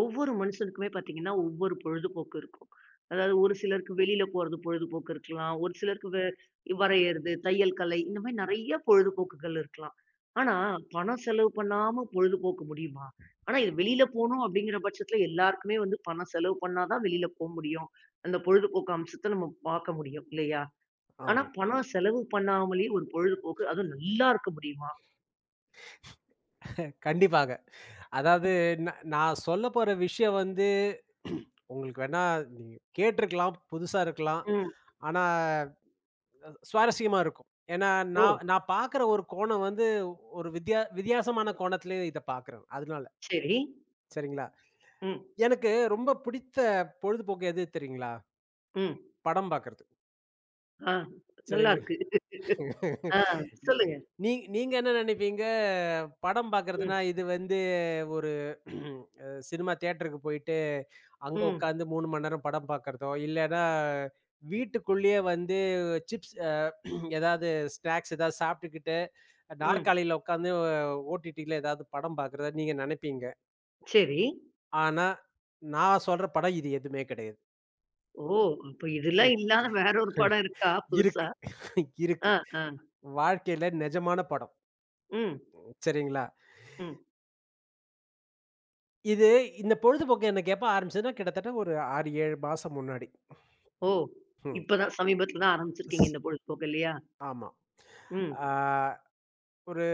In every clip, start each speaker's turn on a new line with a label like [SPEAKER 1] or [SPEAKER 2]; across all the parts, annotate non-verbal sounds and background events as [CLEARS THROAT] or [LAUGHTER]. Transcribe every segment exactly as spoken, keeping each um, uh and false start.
[SPEAKER 1] ஒவ்வொரு மனுஷனுக்குமே பார்த்தீங்கன்னா, ஒவ்வொரு பொழுதுபோக்கு இருக்கும். அதாவது ஒரு சிலருக்கு வெளியில போறது பொழுதுபோக்கு இருக்கலாம். ஒரு சிலருக்கு வ வரையறது, தையல் கலை இந்த மாரி நெறைய பொழுதுபோக்குகள் இருக்கலாம். ஆனா, பணம் செலவு பண்ணாம பொழுதுபோக்கு முடியுமா? ஆனா, இது வெளியில போணும் அப்படிங்கிற பட்சத்துல எல்லாருக்குமே வந்து பணம் செலவு பண்ணா தான் வெளியில போ முடியும். அந்த பொழுதுபோக்கு அம்சத்த நம்ம பார்க்க முடியும் இல்லையா? ஆனா,
[SPEAKER 2] ஆமா.
[SPEAKER 1] பணம் செலவு பண்ணாமலே ஒரு பொழுதுபோக்கு அதுவும் நல்லா இருக்க முடியுமா?
[SPEAKER 2] கண்டிப்பாக. அதாவது நா நான் சொல்லப்போற விஷயம் வந்து உங்களுக்கு வேணா நீங்க கேட்டுருக்கலாம், புதுசா இருக்கலாம்.
[SPEAKER 1] ம்.
[SPEAKER 2] ஆனா அஹ், சுவாரஸ்யமா இருக்கும். ஏன்னா
[SPEAKER 1] ஓ!
[SPEAKER 2] நான் நான் பார்க்குற ஒரு கோணம் வந்து ஒரு வித்தியா வித்தியாசமான கோணத்திலே இத பார்க்குறேன். அதனால.
[SPEAKER 1] சரி.
[SPEAKER 2] சரிங்களா?
[SPEAKER 1] ம்.
[SPEAKER 2] எனக்கு ரொம்ப பிடித்த பொழுதுபோக்கு எது தெரியுங்களா?
[SPEAKER 1] ம்.
[SPEAKER 2] படம் பார்க்குறது.
[SPEAKER 1] ஆ. நல்லா
[SPEAKER 2] சரிங்களா?
[SPEAKER 1] இருக்கு. ஆ, சொல்லுங்க.
[SPEAKER 2] நீ நீங்க என்ன நினைப்பீங்க? படம்
[SPEAKER 1] ம்,
[SPEAKER 2] பார்க்கறதுன்னா, இது வந்து ஒரு அ சினிமா தியேட்டருக்கு போயிட்டு, அங்க
[SPEAKER 1] ம்,
[SPEAKER 2] உட்காந்து மூன்று மணி நேரம் படம் பார்க்கறதோ, இல்லன்னா வீட்டுக்குள்ளேயே வந்து சிப்ஸ் அ ஏதாவது ஸ்நாக்ஸ் ஏதாவது சாப்பிட்டுக்கிட்டு,
[SPEAKER 1] ம்.
[SPEAKER 2] நாற்காலியில உட்காந்து ஓடிடில ஏதாவது படம் பார்க்கறதா நீங்க நினைப்பீங்க.
[SPEAKER 1] சரி.
[SPEAKER 2] ஆனா, நான் சொல்ற படம் இது எதுவுமே கிடையாது.
[SPEAKER 1] ஓ! அப்ப
[SPEAKER 2] ம்.
[SPEAKER 1] இதெல்லாம் இல்லாத வேற ஒரு படம் இருக்கா
[SPEAKER 2] இருக்கு
[SPEAKER 1] புதுசா?
[SPEAKER 2] இருக்கு.
[SPEAKER 1] ஆ, ஆ.
[SPEAKER 2] வாழ்க்கையில நிஜமான படம்.
[SPEAKER 1] ம்,
[SPEAKER 2] சரிங்களா?
[SPEAKER 1] ம்.
[SPEAKER 2] இது இந்த பொழுதுபோக்கு எனக்கு எப்ப ஆரம்பிச்சதுன்னா, கிட்டத்தட்ட ஒரு ஆறு, ஏழு மாசம் முன்னாடி.
[SPEAKER 1] ஓ!
[SPEAKER 2] ம்.
[SPEAKER 1] இப்ப தான் சமீபத்துல தான்
[SPEAKER 2] ஸ்
[SPEAKER 1] ஆரம்பிச்சிருக்கீங்க இந்த பொழுதுபோக்கு இல்லையா?
[SPEAKER 2] ஆமா.
[SPEAKER 1] ம்.
[SPEAKER 2] ஆ ஒரு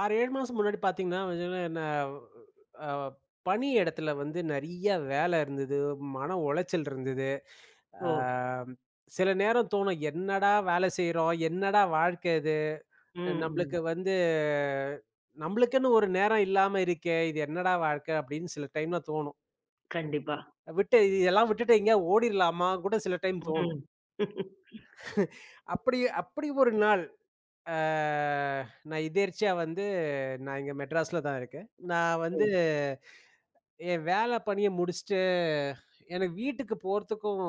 [SPEAKER 2] ஆறு, ஏழு மாசம் முன்னாடி பார்த்தீங்கன்னா, வச்சுக்கோங்களேன் நான் அ பணி இடத்துல வந்து நெறைய வேல இருந்தது. மன உளைச்சல் இருந்தது.
[SPEAKER 1] ஓ!
[SPEAKER 2] ஆ சில நேரம் தோணும், "என்னடா வேலை செய்றோம்? என்னடா வாழ்க்கை இது?
[SPEAKER 1] ம், ம்.
[SPEAKER 2] நம்மளுக்கு வந்து நம்மளுக்குன்னு ஒரு நேரம் இல்லாம இருக்கே! இது என்னடா வாழ்க்கை?" அப்படின்னு சில டைம்ல தோணும்.
[SPEAKER 1] கண்டிப்பா.
[SPEAKER 2] விட்டு இதெல்லாம் விட்டுட்டு எங்கேயாவது ஓடிரலாமா கூட சில டைம் தோணும்.
[SPEAKER 1] ம்.
[SPEAKER 2] அப்படி அப்படி ஒரு நாள் அ நான் எதேர்ச்சியா வந்து நான் இங்க மெட்ராஸ்ல தான் இருக்கேன். நான்
[SPEAKER 1] ஓ!
[SPEAKER 2] வந்து என் வேல பணிய முடிச்சுட்டு எனக்கு வீட்டுக்கு போறதுக்கும்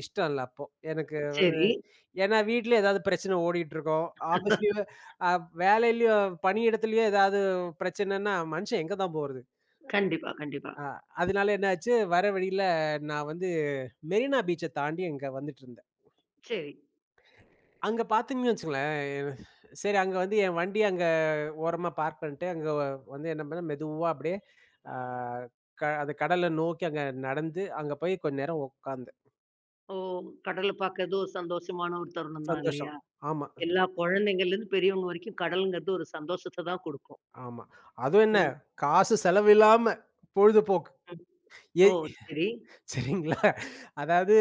[SPEAKER 2] இஷ்டம் இல்ல அப்போ. எனக்கு
[SPEAKER 1] சரி.
[SPEAKER 2] ஏன்னா வீட்ல ஏதாவது பிரச்சனை ஓடிட்டுருக்கும். ஆஃபீஸ்லயும் அ வேலையிலயும் பணியிடத்துலயும் ஏதாவது பிரச்சனைன்னா, மனுஷன் எங்க தான் போறது?
[SPEAKER 1] கண்டிப்பா, கண்டிப்பா.
[SPEAKER 2] அ அதனால என்ன ஆச்சு, வர வழியில நான் வந்து மெரினா பீச்ச தாண்டி இங்க வந்துட்டுருந்தேன்.
[SPEAKER 1] சரி.
[SPEAKER 2] அங்க பார்த்தீங்கன்னு வச்சுக்கங்களேன், சரி அங்க வந்து என் வண்டி அங்க ஓரமா பார்க் பண்ணிட்டு, அங்க வந்து என்ன பண்ணேன், மெதுவா அப்படியே ஆ க அந்த கடல நோக்கி அங்க நடந்து, அங்க போய் கொஞ்ச நேரம் உட்கார்ந்தேன்.
[SPEAKER 1] ஓ! கடல பாக்குறது ஒரு சந்தோஷமான ஒரு தருணம் தான்
[SPEAKER 2] சந்தோஷம்.
[SPEAKER 1] இல்லையா?
[SPEAKER 2] ஆமா,
[SPEAKER 1] எல்லா குழந்தைங்கள்லேருந்து பெரியவங்க வரைக்கும் கடல்ங்கிறது ஒரு சந்தோஷத்த தான் குடுக்கும்.
[SPEAKER 2] ஆமா. அதுவும் என்ன,
[SPEAKER 1] ம்,
[SPEAKER 2] காசு செலவில்லாம பொழுதுபோக்கு.
[SPEAKER 1] ம்.
[SPEAKER 2] எ
[SPEAKER 1] ஓ! சரி.
[SPEAKER 2] சரிங்களா? அதாவது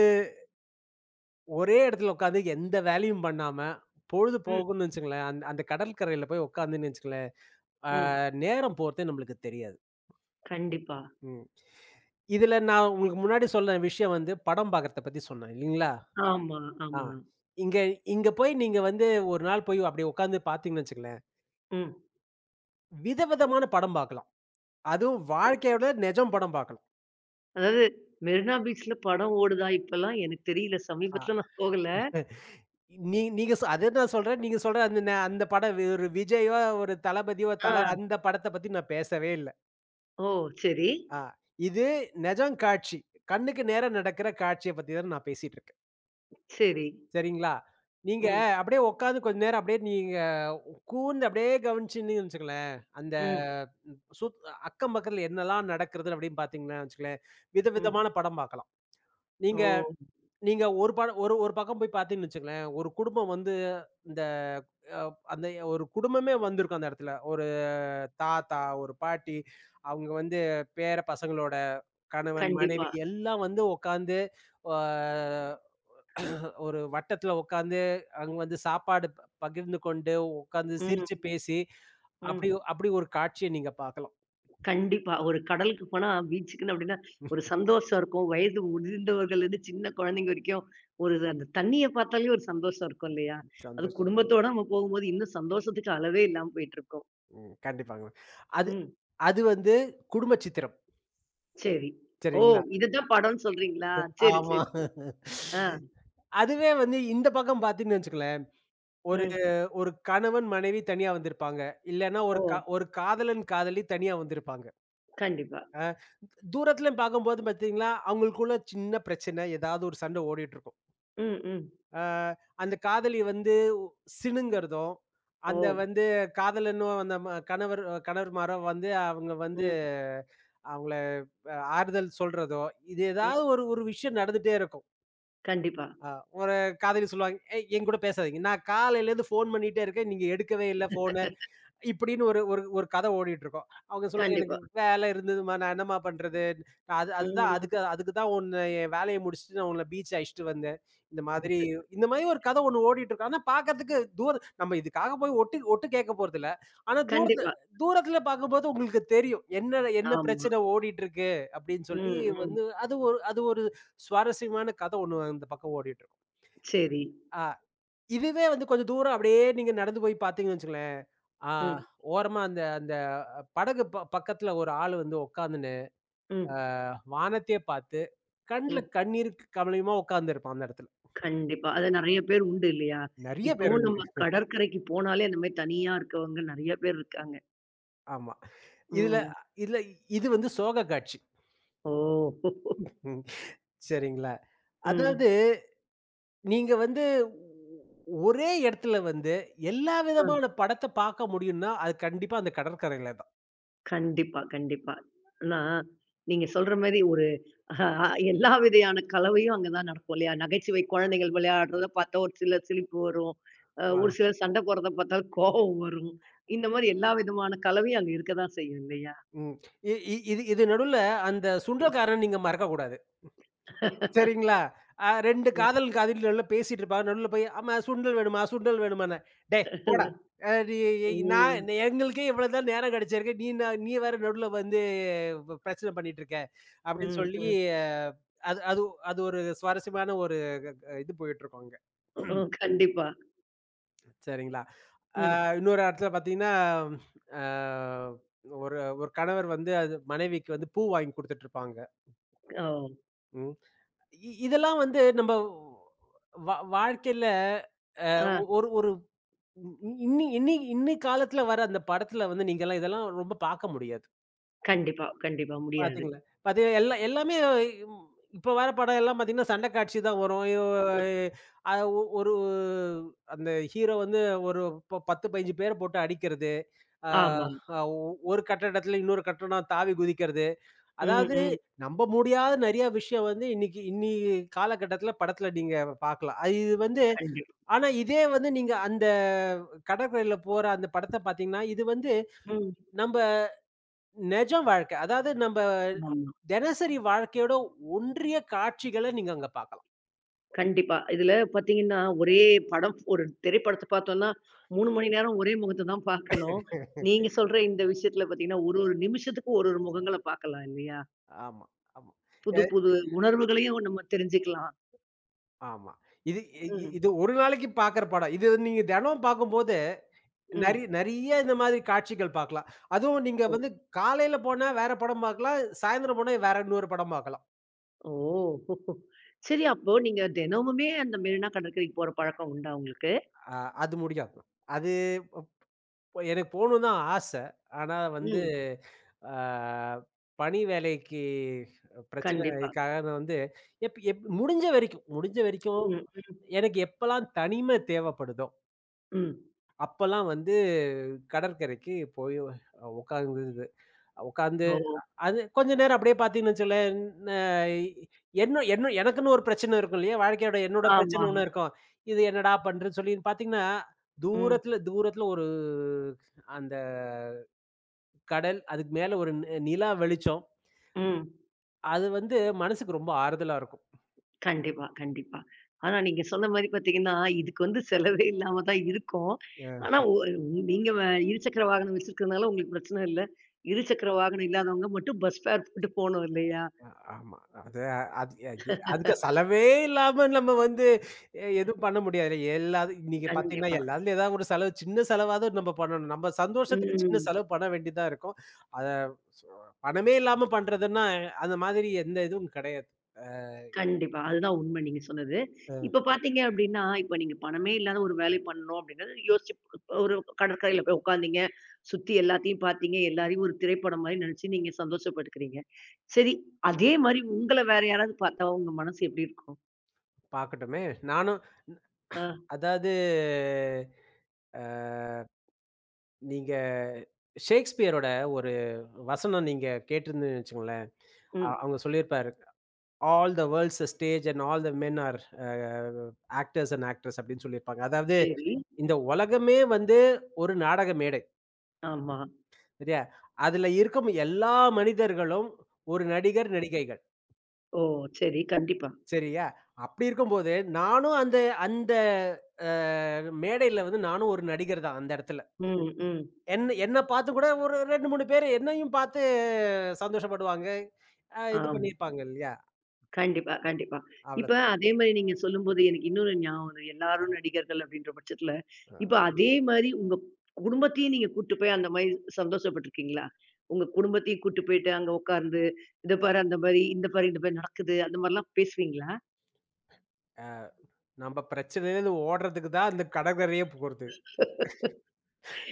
[SPEAKER 2] ஒரே இடத்துல உட்கார்ந்து எந்த வேலையும் பண்ணாம, பொழுது
[SPEAKER 1] ம்,
[SPEAKER 2] போகும்ன்னு வச்சுக்கங்களேன், அந்த அந்த கடற்கரையில போய் உட்கார்ந்தேன்னு வச்சுக்கங்களேன், ஆ
[SPEAKER 1] ம்.
[SPEAKER 2] நேரம் போறதே நம்மளுக்கு தெரியாது.
[SPEAKER 1] கண்டிப்பா.
[SPEAKER 2] ம். இதுல நான் உங்களுக்கு முன்னாடி சொன்ன விஷயம் வந்து படம் பார்க்கறத பத்தி சொன்னேன் இல்லீங்களா?
[SPEAKER 1] ஆமா,
[SPEAKER 2] ஆ.
[SPEAKER 1] ஆமா.
[SPEAKER 2] இங்க இங்க போய் நீங்க வந்து ஒரு நாள் போய் அப்படி உட்கார்ந்து பார்த்தீங்கன்னு வச்சுக்கங்களேன்,
[SPEAKER 1] ம்.
[SPEAKER 2] விதவிதமான படம் பார்க்கலாம். அதுவும் வாழ்க்கையோட நெஜம் படம் பார்க்கலாம்.
[SPEAKER 1] அதாவது மெரினா பீச்ல படம் ஓடுதா இப்பல்லாம்? எனக்கு தெரியல.
[SPEAKER 2] ஆ.
[SPEAKER 1] சமீபத்துல நான் போகல.
[SPEAKER 2] நீ நீங்க சொ அதே தான் சொல்றேன். நீங்க சொல்ற அந்த ந அந்த படம் வி- ஒரு விஜயோ, ஒரு தளபதியோ,
[SPEAKER 1] ஆ.
[SPEAKER 2] தல அந்த படத்த பத்தி நான் பேசவே இல்ல.
[SPEAKER 1] ஓ! சரி,
[SPEAKER 2] ஆ. இது நெஜம் காட்சி. கண்ணுக்கு நேரா நடக்கிற காட்சிய பத்தி தான் நான் பேசிட்டு இருக்கேன்.
[SPEAKER 1] சரி.
[SPEAKER 2] சரிங்களா? நீங்க
[SPEAKER 1] ம்,
[SPEAKER 2] அப்படியே உட்கார்ந்து கொஞ்ச நேரம் அப்படியே நீங்க கூர்ந்து அப்படியே கவனிச்சீங்கன்னு வச்சுக்கங்களேன், அந்த
[SPEAKER 1] ம்,
[SPEAKER 2] சுத் அக்கம் பக்கத்துல என்னலாம் நடக்குது அப்படின்னு பார்த்தீங்கன்னா வச்சுக்கங்களேன்,
[SPEAKER 1] ம்.
[SPEAKER 2] விதவிதமான படம் பார்க்கலாம். நீங்க
[SPEAKER 1] ஓ!
[SPEAKER 2] நீங்க ஒரு படம் ஒரு ஒரு பக்கம் போய் பார்த்தீங்கன்னு வச்சுக்கங்களேன், ஒரு குடும்பம் வந்து இந்த அ அந்த ஒரு குடும்பமே வந்திருக்கும் அந்த இடத்துல. ஒரு தாத்தா, ஒரு பாட்டி, அவங்க வந்து பேர பசங்களோட கணவன், மனைவி
[SPEAKER 1] கண்டிப்பா.
[SPEAKER 2] எல்லாம் வந்து உட்காந்து அ ஒரு வட்டத்துல உட்காந்து, அங்க வந்து சாப்பாடு ப பகிர்ந்து கொண்டு, உட்காந்து
[SPEAKER 1] ம்,
[SPEAKER 2] சிரிச்சு பேசி, அப்படி
[SPEAKER 1] ம்.
[SPEAKER 2] அப்படி ஒரு காட்சிய நீங்க பார்க்கலாம்.
[SPEAKER 1] கண்டிப்பா. ஒரு கடலுக்கு போனா பீச்சுக்குன்னு அப்படின்னா, ஒரு சந்தோஷம் இருக்கும். வயது முதிர்ந்தவர்கள்லேருந்து சின்ன குழந்தைங்க வரைக்கும், ஒரு அந்த தண்ணிய பார்த்தாலே ஒரு சந்தோஷம் இருக்கும் இல்லையா? அது
[SPEAKER 2] சந்தோஷ்
[SPEAKER 1] குடும்பத்தோட நம்ம போகும்போது இன்னும் சந்தோஷத்துக்கு அளவே இல்லாம போயிட்டுருக்கும்.
[SPEAKER 2] ம். கண்டிப்பாங்க. அது
[SPEAKER 1] ம்.
[SPEAKER 2] அது வந்து குடும்ப சித்திரம்.
[SPEAKER 1] சரி. ஓ!
[SPEAKER 2] சரிங்களா?
[SPEAKER 1] இதுதான் படம்ன்னு சொல்றீங்களா? சரி,
[SPEAKER 2] ஆமா.
[SPEAKER 1] சரி. ஆ.
[SPEAKER 2] அதுவே வந்து இந்த பக்கம் பார்த்தீங்கன்னு வச்சுக்கோங்களேன், ஒரு
[SPEAKER 1] ம்.
[SPEAKER 2] ஒரு கணவன், மனைவி தனியா வந்திருப்பாங்க. இல்லன்னா ஒரு
[SPEAKER 1] ஓ!
[SPEAKER 2] கா ஒரு காதலன், காதலி தனியா வந்திருப்பாங்க.
[SPEAKER 1] கண்டிப்பா.
[SPEAKER 2] தூரத்திலயும் பார்க்கும்போது பார்த்தீங்கன்னா, அவங்களுக்குள்ள சின்ன பிரச்சனை, ஏதாவது ஒரு சண்டை ஓடிட்டு இருக்கும்.
[SPEAKER 1] ம், ம்.
[SPEAKER 2] அ அந்த காதலி வந்து சிணுங்குறதும்,
[SPEAKER 1] ஓ!
[SPEAKER 2] அந்த வந்து காதலனும் அந்த ம கணவர் கணவர்மாரோ வந்து அவங்க வந்து
[SPEAKER 1] ம்,
[SPEAKER 2] அவங்கள அ ஆறுதல் சொல்றதோ, இது
[SPEAKER 1] ம்.
[SPEAKER 2] ஏதாவது ஒரு ஒரு விஷயம் நடந்துட்டே இருக்கும்.
[SPEAKER 1] கண்டிப்பா,
[SPEAKER 2] அ ஒரு காதலி சொல்லுவாங்க, "ஏய் என்கூட பேசாதீங்க. நான் காலையிலேருந்து ஃபோன் பண்ணிட்டே இருக்கேன். நீங்க எடுக்கவே இல்ல ஃபோன. இப்படின்னு ஒரு ஒரு ஒரு கதை ஓடிட்டுருக்கும். அவங்க சொல்ல "எனக்கு
[SPEAKER 1] கண்டிப்பா.
[SPEAKER 2] வேலை இருந்ததும்மா, நான் என்னம்மா பண்றது? நான் அது அதுதான்
[SPEAKER 1] ம்.
[SPEAKER 2] அதுக்கு அதுக்கு தான் உன்ன என் வேலைய முடிச்சுட்டு நான் உன்ன பீச் அழைச்சுட்டு வந்தேன்." இந்த மாதிரி இந்த மாதிரி ஒரு கதை ஒண்ணு ஓடிட்டுருக்கும். ஆனா பார்க்கறதுக்கு தூர நம்ம இதுக்காக போய் ஒட்டு ஒட்டு கேட்க போறதில்ல. ஆனா தூரத்து
[SPEAKER 1] கண்டிப்பா.
[SPEAKER 2] தூரத்துல பார்க்கும்போது உங்களுக்கு தெரியும். என்ன என்ன
[SPEAKER 1] ஆமா.
[SPEAKER 2] பிரச்சனை ஓடிட்டுருக்கு அப்படின்னு சொல்லி
[SPEAKER 1] ம், ம்.
[SPEAKER 2] வந்து அது ஒரு அது ஒரு சுவாரஸ்யமான கதை ஒண்ணு அந்த பக்கம் ஓடிட்டுருக்கும்.
[SPEAKER 1] சரி.
[SPEAKER 2] ஆ. இதுவே வந்து கொஞ்சம் தூரம் அப்படியே நீங்க நடந்து போய் பார்த்தீங்கன்னு வச்சுக்கங்களேன், ஆ
[SPEAKER 1] ம்,
[SPEAKER 2] ஓரமா அந்த அந்த படகு ப பக்கத்துல ஒரு ஆளு வந்து உட்காந்துன்னு,
[SPEAKER 1] ம்,
[SPEAKER 2] ஆ வானத்தையே பார்த்து, கண்ல
[SPEAKER 1] ம்.
[SPEAKER 2] கண்ணீர் கமலமா உட்கார்ந்திருப்பான் அந்த இடத்துல.
[SPEAKER 1] கண்டிப்பா. அது நெறைய பேர் உண்டு இல்லையா?
[SPEAKER 2] நெறைய பேர்
[SPEAKER 1] இப்பவும்
[SPEAKER 2] உண்டு.
[SPEAKER 1] நம்ம கடற்கரைக்கு போனாலே அந்த மாரி தனியா இருக்கவங்க நெறைய பேர் இருக்காங்க.
[SPEAKER 2] ஆமா. இதுல
[SPEAKER 1] ம்.
[SPEAKER 2] இதுல இது வந்து சோக காட்சி.
[SPEAKER 1] ஓ!
[SPEAKER 2] ம். சரிங்களா?
[SPEAKER 1] ம்.
[SPEAKER 2] அதாவது நீங்க வந்து ஒரே இடத்துல வந்து எல்லா
[SPEAKER 1] ஆ.
[SPEAKER 2] விதமான படத்த பார்க்க முடியும்னா, அது கண்டிப்பா அந்த கடற்கரையில
[SPEAKER 1] கண்டிப்பா, கண்டிப்பா. ஆனா, நீங்க சொல்ற மாரி ஒரு அ எல்லா விதையான கலவையும் அங்க தான் நடக்கும் இல்லையா? நகைச்சுவை குழந்தைகள் விளையாடுறத பார்த்தா ஒரு சிலர் சிரிப்பு வரும். அ ஒரு
[SPEAKER 2] தான்.
[SPEAKER 1] சிலர் சண்டை போடுறத பார்த்தா கோவம் வரும். இந்த மாரி எல்லா விதமான கலவையும் அங்க இருக்க தான் செய்யும் இல்லையா?
[SPEAKER 2] ம். இ இ இது இது நடுவுல அந்த சுண்டல்காரன் நீங்க மறக்கக்கூடாது. சரிங்களா? அ ரெண்டு
[SPEAKER 1] ம்.
[SPEAKER 2] காதல் காதலி நடுவுல பேசிட்டு இருப்பாங்க. நடுவுல போய், "ஆமா சுண்டல் வேணுமா? சுண்டல் வேணுமான்னு." "டேய் போடா! அ நீ
[SPEAKER 1] ம்,
[SPEAKER 2] நான் எங்களுக்கே இவ்வளோ தான் நேரம் கிடைச்சிருக்கு. நீ நான் நீ வேற நடுவுல வந்து ப பிரச்சனை பண்ணிட்டு இருக்க." அப்படின்னு சொல்லி
[SPEAKER 1] ம்.
[SPEAKER 2] அது அது அது ஒரு சுவாரஸ்யமான ஒரு க க இது போயிட்டுருக்கும் அங்க.
[SPEAKER 1] ம். கண்டிப்பா.
[SPEAKER 2] சரிங்களா? அ
[SPEAKER 1] ம்.
[SPEAKER 2] இன்னொரு இடத்துல பார்த்தீங்கன்னா, அ ஒரு ஒரு கணவர் வந்து அது மனைவிக்கு வந்து பூ வாங்கி குடுத்துட்டுருப்பாங்க.
[SPEAKER 1] ஓ!
[SPEAKER 2] இ இதெல்லாம் வந்து நம்ப வா வாழ்க்கையில அ
[SPEAKER 1] ஆ.
[SPEAKER 2] ஒரு ஒரு இ- இன்னி இன்னி இன்னி காலத்துல வர அந்த படத்துல வந்து நீங்கலாம் இதெல்லாம் ரொம்ப பார்க்க முடியாது.
[SPEAKER 1] கண்டிப்பா, கண்டிப்பா முடியாது.
[SPEAKER 2] பார்த்தீங்களா? பார்த்தீங்கன்னா எல்லா எல்லாமே ம் இப்ப வர படம் எல்லாம் பார்த்தீங்கன்னா, சண்டை காட்சி தான் வரும். யோ அ ஒ ஒரு அந்த ஹீரோ வந்து ஒரு ப பத்து, பதினைந்து பேர போட்டு அடிக்கிறது. ஆ
[SPEAKER 1] ஆமாம்.
[SPEAKER 2] அ ஒரு கட்டடத்துல இன்னொரு கட்டடம் தாவி குதிக்கிறது.
[SPEAKER 1] ம்,
[SPEAKER 2] அதாவது
[SPEAKER 1] ம்.
[SPEAKER 2] நம்ப முடியாத நெறைய விஷயம் வந்து இன்னைக்கு இன்னி காலகட்டத்தில படத்தில நீங்க பார்க்கலாம். அது இது வந்து
[SPEAKER 1] கண்டிப்பா.
[SPEAKER 2] ஆனா இதே வந்து நீங்க அந்த கடற்கரையில போற அந்த படத்த பார்த்தீங்கன்னா, இது வந்து
[SPEAKER 1] ம்.
[SPEAKER 2] நம்ப நெஜ வாழ்க்கை. அதாவது நம்ப
[SPEAKER 1] ஆமா.
[SPEAKER 2] தினசரி வாழ்க்கையோட ஒன்றிய காட்சிகள நீங்க அங்க பார்க்கலாம்.
[SPEAKER 1] கண்டிப்பா. இதுல பாத்தீங்கன்னா, ஒரே படம் ஒரு திரைப்படத்த பாத்தோம்னா, மூன்று மணி நேரம் ஒரே முகத்த தான் பாக்கணும். நீங்க சொல்ற இந்த விஷயத்துல பாத்தீங்கன்னா, ஒரு ஒரு நிமிஷத்துக்கு ஒரு ஒரு முகங்கள பாக்கலாம் இல்லையா?
[SPEAKER 2] ஆமா, ஆமா. எ
[SPEAKER 1] புது புது உணர்வுகளையும் நம்ம தெரிஞ்சுக்கலாம்.
[SPEAKER 2] ஆமா. இது இ இ-
[SPEAKER 1] ம்,
[SPEAKER 2] இது ஒரு நாளைக்கு பார்க்குற படம். இது நீங்க தினம் பார்க்கும்போது
[SPEAKER 1] ம்.
[SPEAKER 2] நெறை நெறைய இந்த மாதிரி காட்சிகள் பார்க்கலாம். அதுவும் நீங்க
[SPEAKER 1] ஓ!
[SPEAKER 2] வந்து காலையில போனா வேற படம் பார்க்கலாம். சாயந்தரம் போனா வேற இன்னொரு படம் பார்க்கலாம்.
[SPEAKER 1] ஓ! சரி அப்போ நீங்க தினமுமே அந்த மெரினா கடற்கரைக்கு போற பழக்கம் உண்டா உங்களுக்கு?
[SPEAKER 2] அ அது முடியாது. அது இப்போ எனக்கு போணும்னு தான் ஆசை. ஆனா வந்து
[SPEAKER 1] ம்.
[SPEAKER 2] அ பணி வேலைக்கு
[SPEAKER 1] கண்டிப்பா.
[SPEAKER 2] பிரச்சனைக்காக நான் வந்து எப் எப் முடிஞ்ச வரைக்கும் முடிஞ்ச வரைக்கும்
[SPEAKER 1] ம், ம்,
[SPEAKER 2] எனக்கு எப்பலாம் தனிமை தேவைப்படுதோ,
[SPEAKER 1] ம்.
[SPEAKER 2] அப்பலாம் வந்து கடற்கரைக்கு போய் உட்கார்ந்து உட்கார்ந்து
[SPEAKER 1] ஓ!
[SPEAKER 2] அது கொஞ்ச நேரம் அப்படியே பார்த்தீங்கன்னு வச்சுக்கோங்களேன், ந என்ன என்ன எனக்குன்னு ஒரு பிரச்சனை இருக்கும் இல்லையா? வாழ்க்கையோட என்னோட பிரச்சனை
[SPEAKER 1] ஆமா.
[SPEAKER 2] ஒண்ணு இருக்கும். இது என்னடா பண்றதுன்னு சொல்லி பார்த்தீங்கன்னா,
[SPEAKER 1] ம்,
[SPEAKER 2] தூரத்தில தூரத்தில ஒரு அந்த கடல், அதுக்கு மேல ஒரு நி நிலா வெளிச்சம்.
[SPEAKER 1] ம்.
[SPEAKER 2] அது வந்து மனசுக்கு ரொம்ப ஆறுதலா இருக்கும்.
[SPEAKER 1] கண்டிப்பா, கண்டிப்பா. ஆனா நீங்க சொன்ன மாரி பார்த்தீங்கன்னா, இதுக்கு வந்து செலவே இல்லாம தான் இருக்கும். ஆனா ஒ நீங்க வ இருசக்கர வாகனம் வச்சிருக்கிறதுனால உங்களுக்கு பிரச்சனை இல்ல. இருசக்கர வாகனம் இல்லாதவங்க மட்டும் பஸ் ஃபேர் போட்டு போணும் இல்லையா?
[SPEAKER 2] அ ஆமா. அது அது கி அதுக்கு செலவே இல்லாம நம்ம வந்து எ எதுவும் பண்ண முடியாது. எல்லாது நீங்க பார்த்தீங்கன்னா,
[SPEAKER 1] கண்டிப்பா.
[SPEAKER 2] எல்லாத்துலயும் ஏதாவது ஒரு செலவு சின்ன செலவாவது நம்ம பண்ணணும். நம்ம சந்தோஷத்துக்கு சின்ன
[SPEAKER 1] ம்.
[SPEAKER 2] செலவு பண்ண வேண்டியதா இருக்கும். அத சோ பணமே இல்லாம பண்றதுன்னா, அந்த மாதிரி எந்த இதுவும் கிடையாது.
[SPEAKER 1] கண்டிப்பா. அதுதான் உண்மை நீங்க சொன்னது.
[SPEAKER 2] அ
[SPEAKER 1] இப்ப பார்த்தீங்க அப்டின்னா, இப்ப நீங்க பணமே இல்லாத ஒரு வேலை பண்ணணும் அப்டின்னா, யோசிச்சு இப்ப ஒரு கடற்கரையில போய் உட்காந்தீங்க. சுத்தி எல்லாத்தையும் பார்த்தீங்க. எல்லாரையும் ஒரு திரைப்படம் மாரி நெனச்சு நீங்க சந்தோஷப்பட்டுக்கிறீங்க. சரி, அதே மாரி உங்கள வேற யாராவது பார்த்தா உங்க மனசு எப்டி இருக்கும்?
[SPEAKER 2] பார்க்கட்டுமே. நானும்
[SPEAKER 1] ஆ.
[SPEAKER 2] அதாவது அ நீங்க ஷேக்ஸ்பியரோட ஒரு வசனம் நீங்க கேட்டிருந்தீங்கன்னு வச்சுக்கோங்களேன். அ
[SPEAKER 1] ம்.
[SPEAKER 2] அவங்க சொல்லியிருப்பாரு. All the world's a stage and all the men are actors and actress அப்படின்னு சொல்லியிருப்பாங்க. அதாவது
[SPEAKER 1] சரி.
[SPEAKER 2] இந்த உலகமே வந்து ஒரு நாடக மேடை.
[SPEAKER 1] ஆமா.
[SPEAKER 2] சரியா? அதுல இருக்கும் எல்லா மனிதர்களும் ஒரு நடிகர், நடிகைகள்.
[SPEAKER 1] ஓ! சரி. கண்டிப்பா.
[SPEAKER 2] சரியா? அப்படி இருக்கும்போது நானும் அந்த அந்த அ மேடையில வந்து நானும் ஒரு நடிகர் தான் அந்த இடத்துல.
[SPEAKER 1] ம், ம்.
[SPEAKER 2] என்ன என்ன பார்த்து கூட ஒரு ரெண்டு, மூன்று பேரு என்னையும் பார்த்து சந்தோஷப்படுவாங்க. அ இது
[SPEAKER 1] ஆமா.
[SPEAKER 2] பண்ணியிருப்பாங்க இல்லையா?
[SPEAKER 1] கண்டிப்பா, கண்டிப்பா. இப்ப
[SPEAKER 2] அவ்வளதான்.
[SPEAKER 1] அதே மாரி நீங்க சொல்லும்போது எனக்கு இன்னொரு ஞாபகம் வருது. எல்லாரும் நடிகர்கள் அப்படின்ற பட்சத்துல, இப்ப அதே மாரி உங்க குடும்பத்தையும் நீங்க கூட்டு போய் அந்த மாரி சந்தோஷப்பட்டுருக்கீங்களா? உங்க குடும்பத்தையும் கூட்டு போயிட்டு அங்க உட்கார்ந்து, "இத பாரு அந்த மாரி, இந்த பாரு இந்த மாரி நடக்குது." அந்த மாரிலாம் பேசுவீங்களா?
[SPEAKER 2] நம்ம பிரச்சனையிலேருந்து ஓடுறதுக்கு தான் அந்த கடற்கரையே போறது.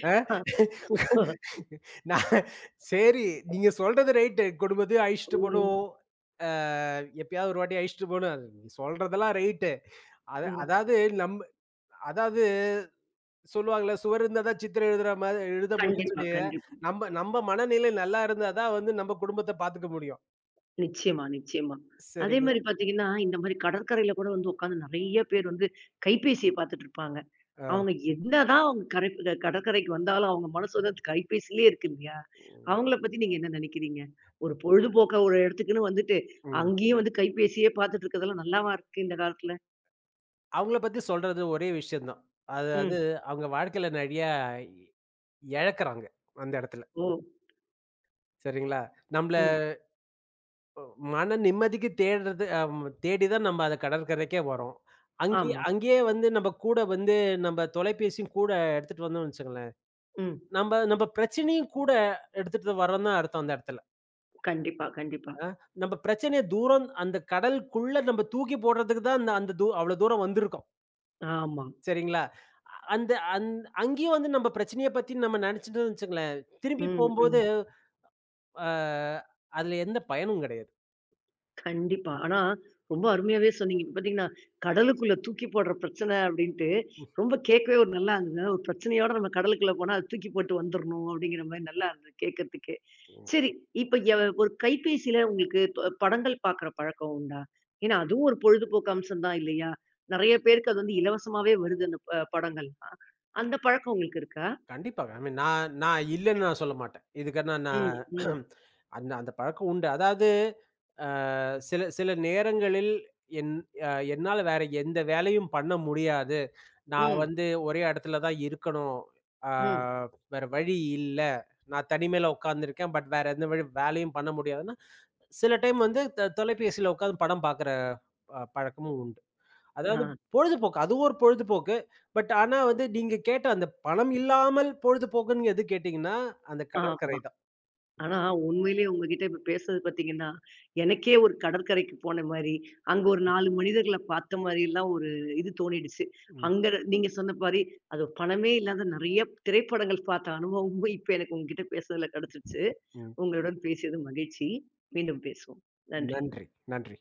[SPEAKER 2] ஆ நான் சரி, நீங்க சொல்றது ரைட்டு. குடும்பத்தையும் அழைச்சுட்டு
[SPEAKER 1] ம்.
[SPEAKER 2] போணும். அ எப்பயாவது ஒரு வாட்டி அழைச்சுட்டு போணும். அது நீங்க சொல்றதெல்லாம் ரைட்டு. அத
[SPEAKER 1] ம்.
[SPEAKER 2] அதாவது நம் அதாவது சொல்லுவாங்கல்ல, "சுவர் இருந்தா தான் சித்திரம் எழுதுற மாரி எழுத முடியும்ன்னு"
[SPEAKER 1] கண்டிப்பா,
[SPEAKER 2] சொல்லி,
[SPEAKER 1] கண்டிப்பா.
[SPEAKER 2] நம்ம நம்ம மனநிலை நல்லா இருந்தா தான் வந்து நம்ம குடும்பத்த பாத்துக்க முடியும்.
[SPEAKER 1] நிச்சயமா, நிச்சயமா. அதே
[SPEAKER 2] சரிங்களா?
[SPEAKER 1] மாரி பார்த்தீங்கன்னா, இந்த மாரி கடற்கரையில கூட வந்து உட்கார்ந்து நெறைய பேர் வந்து கைபேசிய பார்த்துட்டு இருப்பாங்க.
[SPEAKER 2] ஆ.
[SPEAKER 1] அவங்க என்னதான் அவங்க கரை க- கடற்கரைக்கு வந்தாலும் அவங்க மனசு வந்து அது கைபேசியிலே இருக்கு இல்லையா?
[SPEAKER 2] ம்.
[SPEAKER 1] அவங்கள பத்தி நீங்க என்ன நெனைக்கிறீங்க? ஒரு பொழுதுபோக்கா ஒரு இடத்துக்குன்னு வந்துட்டு,
[SPEAKER 2] ம்.
[SPEAKER 1] அங்கேயும் வந்து கைபேசியே பார்த்துட்டு இருக்கிறதெல்லாம் நல்லாவா இருக்கு இந்த காலத்துல?
[SPEAKER 2] அவங்கள பத்தி சொல்றது ஒரே விஷயம் தான். அதாவது
[SPEAKER 1] ம்.
[SPEAKER 2] அவங்க வாழ்க்கையில நெறையா இழக்குறாங்க, அந்த இடத்துல.
[SPEAKER 1] ஓ!
[SPEAKER 2] சரிங்களா? நம்மள
[SPEAKER 1] ம்.
[SPEAKER 2] மன நிம்மதிக்கு தேடுறது அ தேடி தான் நம்ம அத கடற்கரைக்கே வரோம். அங்கே
[SPEAKER 1] ஆமா.
[SPEAKER 2] அங்கேயே வந்து நம்ம கூட வந்து நம்ம தொலைபேசியும் கூட எடுத்துட்டு வந்தோம்னு வச்சுக்கோங்களேன்,
[SPEAKER 1] ம்.
[SPEAKER 2] நம்ம நம்ம பிரச்சனையும் கூட எடுத்துட்டு வரோம்னு தான் அர்த்தம் அந்த இடத்துல.
[SPEAKER 1] கண்டிப்பா, கண்டிப்பா.
[SPEAKER 2] அ நம்ம பிரச்சனைய தூரம் அந்த கடலுக்குள்ள நம்ம தூக்கி போடுறதுக்கு தான் அந்த அந்த தூ அவ்வளோ தூரம் வந்திருக்கோம்.
[SPEAKER 1] ஆமா.
[SPEAKER 2] சரிங்களா? அந்த அந் அங்கேயும் வந்து நம்ம பிரச்சனைய பத்தி நம்ம நினைச்சுட்டோம்னு வச்சுக்கோங்களேன், திரும்பி
[SPEAKER 1] ம், ம்.
[SPEAKER 2] போம்போது, அ அதுல எந்த பயனும் கிடையாது.
[SPEAKER 1] கண்டிப்பா. ஆனா, ரொம்ப அருமையாவே சொன்னீங்க. இப்ப பார்த்தீங்கன்னா, கடலுக்குள்ள தூக்கி போடுற பிரச்சனை அப்படின்ட்டு, ரொம்ப கேட்கவே ஒரு நல்லா இருந்தது. ஒரு பிரச்சனையோட நம்ம கடலுக்குள்ள போனா, அத தூக்கி போட்டு வந்துரணும் அப்படிங்கிற மாரி நல்லா இருந்தது கேட்கறதுக்கே. சரி, இப்ப எ ஒரு கைபேசியில உங்களுக்கு தொ படங்கள் பார்க்குற பழக்கம் உண்டா? ஏன்னா, அதுவும் ஒரு பொழுதுபோக்கு அம்சம் தான் இல்லையா? நெறைய பேருக்கு அது வந்து இலவசமாவே வருது அந்த ப படங்கள். அந்த பழக்கம் உங்களுக்கு இருக்கா?
[SPEAKER 2] கண்டிப்பாங்க. ஐ மீன் நான் நான் இல்லன்னு நான் சொல்ல மாட்டேன். இதுக்கான ம்.
[SPEAKER 1] ம்,
[SPEAKER 2] நான்
[SPEAKER 1] ம்,
[SPEAKER 2] [CLEARS THROAT] அந்த அந்த பழக்கம் உண்டு. அதாவது அ சில சில நேரங்களில் என் அ என்னால வேற எந்த வேலையும் பண்ண முடியாது. நான் ம்.
[SPEAKER 1] ம்,
[SPEAKER 2] வந்து ஒரே இடத்துல தான் இருக்கணும். ஆ
[SPEAKER 1] ம்.
[SPEAKER 2] வேற வழி இல்ல. நான் தனிமையில உட்கார்ந்துருக்கேன். பட் வேற எந்த வழி வேலையும் பண்ண முடியாதுன்னா, சில டைம் வந்து த தொலைபேசியில உட்கார்ந்து படம் பார்க்குற அ பழக்கமும் உண்டு.
[SPEAKER 1] ஆ,
[SPEAKER 2] அதாவது பொழுதுபோக்கு. அது ஒரு பொழுதுபோக்கு. பட் ஆனா வந்து நீங்க கேட்ட அந்த பணம் இல்லாமல் பொழுதுபோக்குன்னு எது கேட்டீங்கன்னா, அந்த கடற்கரை
[SPEAKER 1] ஆமா.
[SPEAKER 2] தான்.
[SPEAKER 1] ஆனா, உண்மையிலேயே உங்ககிட்ட இப்ப பேசுறது பார்த்தீங்கன்னா, எனக்கே ஒரு கடற்கரைக்கு போன மாரி, அங்க ஒரு நான்கு மனிதர்கள பார்த்த மாரிலாம் ஒரு இது தோணிடுச்சு.
[SPEAKER 2] ம்,
[SPEAKER 1] அங்க நீங்க சொன்ன மாரி, அது பணமே இல்லாத நெறைய திரைப்படங்கள் பார்த்த அனுபவமும் இப்ப எனக்கு உங்ககிட்ட பேசுனதுல கெடைச்சிருச்சு.
[SPEAKER 2] ம்.
[SPEAKER 1] உங்களுடன் பேசியது மகிழ்ச்சி. மீண்டும் பேசுவோம். நன்றி.
[SPEAKER 2] நன்றி, நன்றி.